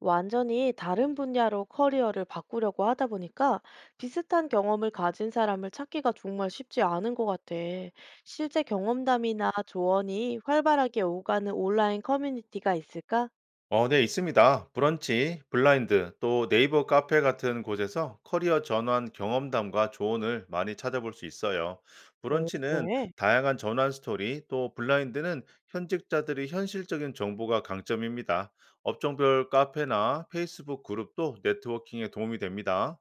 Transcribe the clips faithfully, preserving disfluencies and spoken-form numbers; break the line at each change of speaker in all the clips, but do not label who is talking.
완전히 다른 분야로 커리어를 바꾸려고 하다 보니까 비슷한 경험을 가진 사람을 찾기가 정말 쉽지 않은 것 같아. 실제 경험담이나 조언이 활발하게 오가는 온라인 커뮤니티가 있을까?
어, 네, 있습니다. 브런치, 블라인드, 또 네이버 카페 같은 곳에서 커리어 전환 경험담과 조언을 많이 찾아볼 수 있어요.
오,
브런치는
그래?
다양한 전환 스토리, 또 블라인드는 현직자들이 현실적인 정보가 강점입니다. 업종별 카페나 페이스북 그룹도 네트워킹에 도움이 됩니다.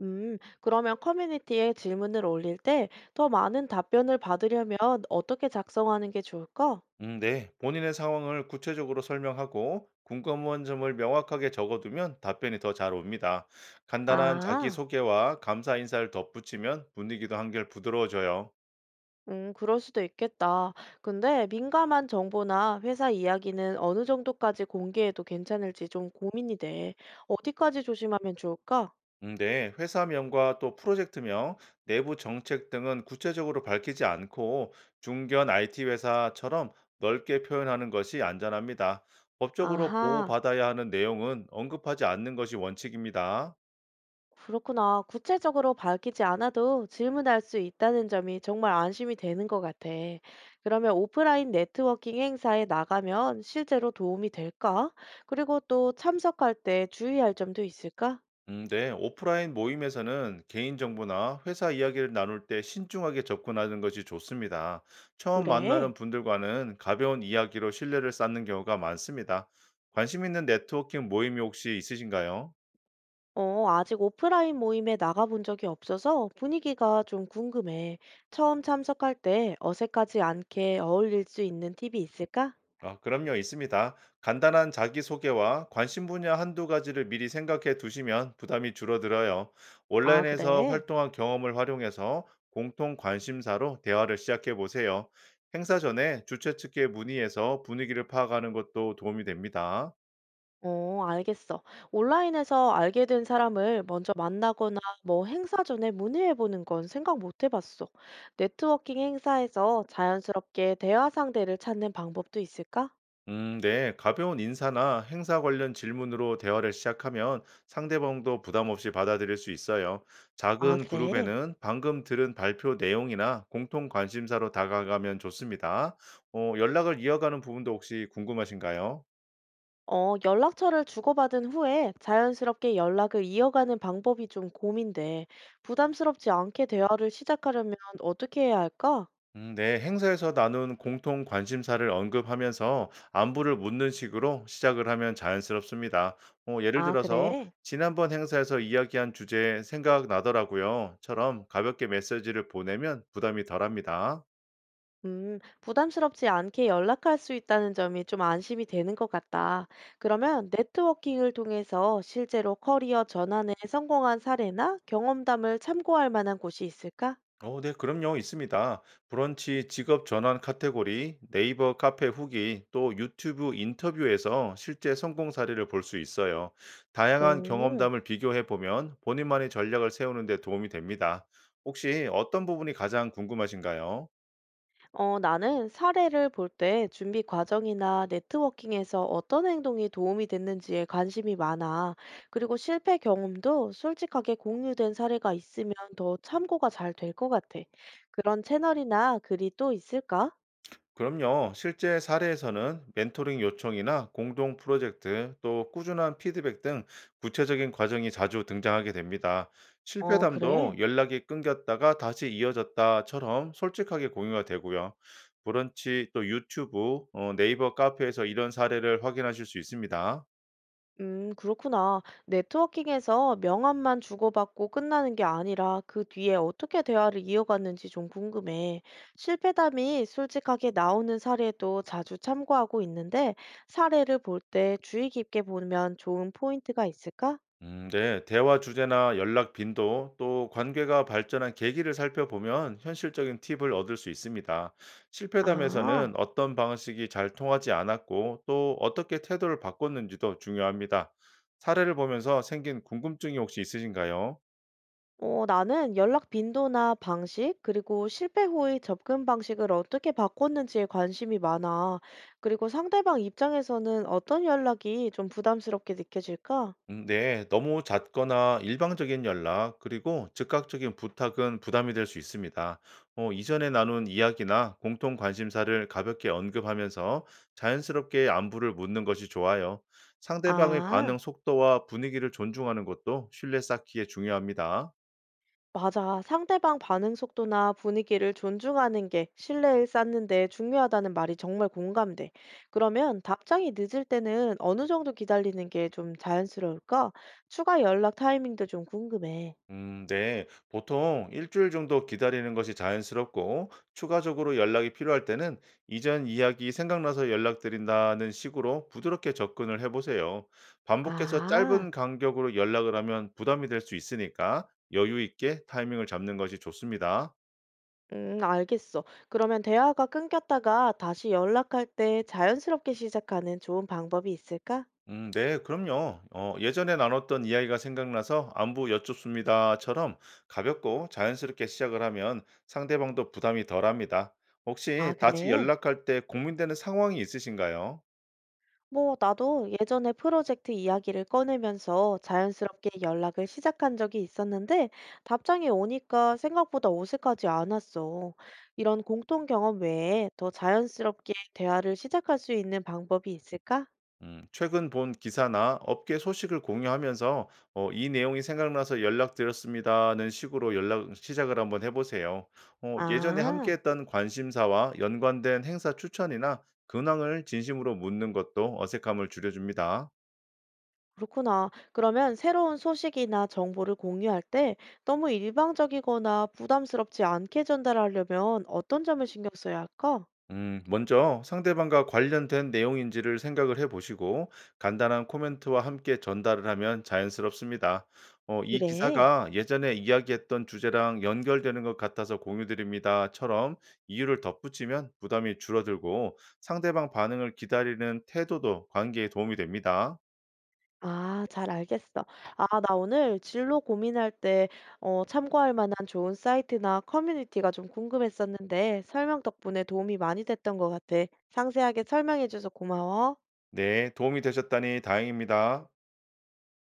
음, 그러면 커뮤니티에 질문을 올릴 때 더 많은 답변을 받으려면 어떻게 작성하는 게 좋을까?
음, 네. 본인의 상황을 구체적으로 설명하고 궁금한 점을 명확하게 적어두면 답변이 더 잘 옵니다. 간단한
아.
자기소개와 감사 인사를 덧붙이면 분위기도 한결 부드러워져요.
음, 그럴 수도 있겠다. 근데 민감한 정보나 회사 이야기는 어느 정도까지 공개해도 괜찮을지 좀 고민이 돼. 어디까지 조심하면 좋을까?
음, 네. 회사명과 또 프로젝트명, 내부 정책 등은 구체적으로 밝히지 않고 중견 아이티 회사처럼 넓게 표현하는 것이 안전합니다. 법적으로
아하,
보호받아야 하는 내용은 언급하지 않는 것이 원칙입니다.
그렇구나. 구체적으로 밝히지 않아도 질문할 수 있다는 점이 정말 안심이 되는 것 같아. 그러면 오프라인 네트워킹 행사에 나가면 실제로 도움이 될까? 그리고 또 참석할 때 주의할 점도 있을까?
음, 네. 오프라인 모임에서는 개인정보나 회사 이야기를 나눌 때 신중하게 접근하는 것이 좋습니다. 처음 만나는
그래.
분들과는 가벼운 이야기로 신뢰를 쌓는 경우가 많습니다. 관심 있는 네트워킹 모임이 혹시 있으신가요?
어, 아직 오프라인 모임에 나가본 적이 없어서 분위기가 좀 궁금해. 처음 참석할 때 어색하지 않게 어울릴 수 있는 팁이 있을까?
아, 그럼요, 있습니다. 간단한 자기소개와 관심 분야 한두 가지를 미리 생각해 두시면 부담이 줄어들어요.
아,
온라인에서
그래?
활동한 경험을 활용해서 공통 관심사로 대화를 시작해 보세요. 행사 전에 주최 측에 문의해서 분위기를 파악하는 것도 도움이 됩니다.
어, 알겠어. 온라인에서 알게 된 사람을 먼저 만나거나 뭐 행사 전에 문의해보는 건 생각 못 해봤어. 네트워킹 행사에서 자연스럽게 대화 상대를 찾는 방법도 있을까?
음, 네. 가벼운 인사나 행사 관련 질문으로 대화를 시작하면 상대방도 부담 없이 받아들일 수 있어요.
아,
작은
그래?
그룹에는 방금 들은 발표 내용이나 공통 관심사로 다가가면 좋습니다. 어, 연락을 이어가는 부분도 혹시 궁금하신가요?
어, 연락처를 주고받은 후에 자연스럽게 연락을 이어가는 방법이 좀 고민돼. 부담스럽지 않게 대화를 시작하려면 어떻게 해야 할까?
음, 네, 행사에서 나눈 공통 관심사를 언급하면서 안부를 묻는 식으로 시작을 하면 자연스럽습니다. 어, 예를
아,
들어서,
그래?
지난번 행사에서 이야기한 주제 생각나더라고요.처럼 가볍게 메시지를 보내면 부담이 덜합니다.
음, 부담스럽지 않게 연락할 수 있다는 점이 좀 안심이 되는 것 같다. 그러면 네트워킹을 통해서 실제로 커리어 전환에 성공한 사례나 경험담을 참고할 만한 곳이 있을까?
어, 네, 그럼요, 있습니다. 브런치 직업 전환 카테고리, 네이버 카페 후기, 또 유튜브 인터뷰에서 실제 성공 사례를 볼 수 있어요. 다양한
오.
경험담을 비교해 보면 본인만의 전략을 세우는 데 도움이 됩니다. 혹시 어떤 부분이 가장 궁금하신가요?
어, 나는 사례를 볼 때 준비 과정이나 네트워킹에서 어떤 행동이 도움이 됐는지에 관심이 많아. 그리고 실패 경험도 솔직하게 공유된 사례가 있으면 더 참고가 잘 될 것 같아. 그런 채널이나 글이 또 있을까?
그럼요. 실제 사례에서는 멘토링 요청이나 공동 프로젝트, 또 꾸준한 피드백 등 구체적인 과정이 자주 등장하게 됩니다.
어,
실패담도
그래.
연락이 끊겼다가 다시 이어졌다처럼 솔직하게 공유가 되고요. 브런치 또 유튜브, 어, 네이버 카페에서 이런 사례를 확인하실 수 있습니다.
음, 그렇구나. 네트워킹에서 명함만 주고받고 끝나는 게 아니라 그 뒤에 어떻게 대화를 이어갔는지 좀 궁금해. 실패담이 솔직하게 나오는 사례도 자주 참고하고 있는데 사례를 볼 때 주의 깊게 보면 좋은 포인트가 있을까?
음, 네. 대화 주제나 연락 빈도 또 관계가 발전한 계기를 살펴보면 현실적인 팁을 얻을 수 있습니다.
아,
실패담에서는 어떤 방식이 잘 통하지 않았고 또 어떻게 태도를 바꿨는지도 중요합니다. 사례를 보면서 생긴 궁금증이 혹시 있으신가요?
어, 나는 연락 빈도나 방식, 그리고 실패 후의 접근 방식을 어떻게 바꿨는지에 관심이 많아. 그리고 상대방 입장에서는 어떤 연락이 좀 부담스럽게 느껴질까?
음 네. 너무 잦거나 일방적인 연락 그리고 즉각적인 부탁은 부담이 될 수 있습니다. 어 이전에 나눈 이야기나 공통 관심사를 가볍게 언급하면서 자연스럽게 안부를 묻는 것이 좋아요. 상대방의
아,
반응 속도와 분위기를 존중하는 것도 신뢰 쌓기에 중요합니다.
맞아. 상대방 반응 속도나 분위기를 존중하는 게 신뢰를 쌓는 데 중요하다는 말이 정말 공감돼. 그러면 답장이 늦을 때는 어느 정도 기다리는 게 좀 자연스러울까? 추가 연락 타이밍도 좀 궁금해.
음, 네. 보통 일주일 정도 기다리는 것이 자연스럽고, 추가적으로 연락이 필요할 때는 이전 이야기 생각나서 연락드린다는 식으로 부드럽게 접근을 해보세요. 반복해서
아,
짧은 간격으로 연락을 하면 부담이 될 수 있으니까 여유 있게 타이밍을 잡는 것이 좋습니다.
음, 알겠어. 그러면 대화가 끊겼다가 다시 연락할 때 자연스럽게 시작하는 좋은 방법이 있을까?
음, 네, 그럼요. 어, 예전에 나눴던 이야기가 생각나서 안부 여쭙습니다처럼 가볍고 자연스럽게 시작을 하면 상대방도 부담이 덜합니다.
아,
혹시 다시
그래.
연락할 때 고민되는 상황이 있으신가요?
뭐, 나도 예전에 프로젝트 이야기를 꺼내면서 자연스럽게 연락을 시작한 적이 있었는데, 답장이 오니까 생각보다 어색하지 않았어. 이런 공통 경험 외에 더 자연스럽게 대화를 시작할 수 있는 방법이 있을까?
음, 최근 본 기사나 업계 소식을 공유하면서 어, 이 내용이 생각나서 연락드렸습니다는 식으로 연락 시작을 한번 해보세요. 어, 예전에
아,
함께했던 관심사와 연관된 행사 추천이나 근황을 진심으로 묻는 것도 어색함을 줄여줍니다.
그렇구나. 그러면 새로운 소식이나 정보를 공유할 때 너무 일방적이거나 부담스럽지 않게 전달하려면 어떤 점을 신경 써야 할까?
음, 먼저 상대방과 관련된 내용인지를 생각을 해보시고 간단한 코멘트와 함께 전달을 하면 자연스럽습니다. 어, 이
그래.
기사가 예전에 이야기했던 주제랑 연결되는 것 같아서 공유드립니다.처럼 이유를 덧붙이면 부담이 줄어들고 상대방 반응을 기다리는 태도도 관계에 도움이 됩니다.
아 잘 알겠어. 아 나 오늘 진로 고민할 때 어 참고할 만한 좋은 사이트나 커뮤니티가 좀 궁금했었는데 설명 덕분에 도움이 많이 됐던 것 같아. 상세하게 설명해 줘서 고마워.
네, 도움이 되셨다니 다행입니다.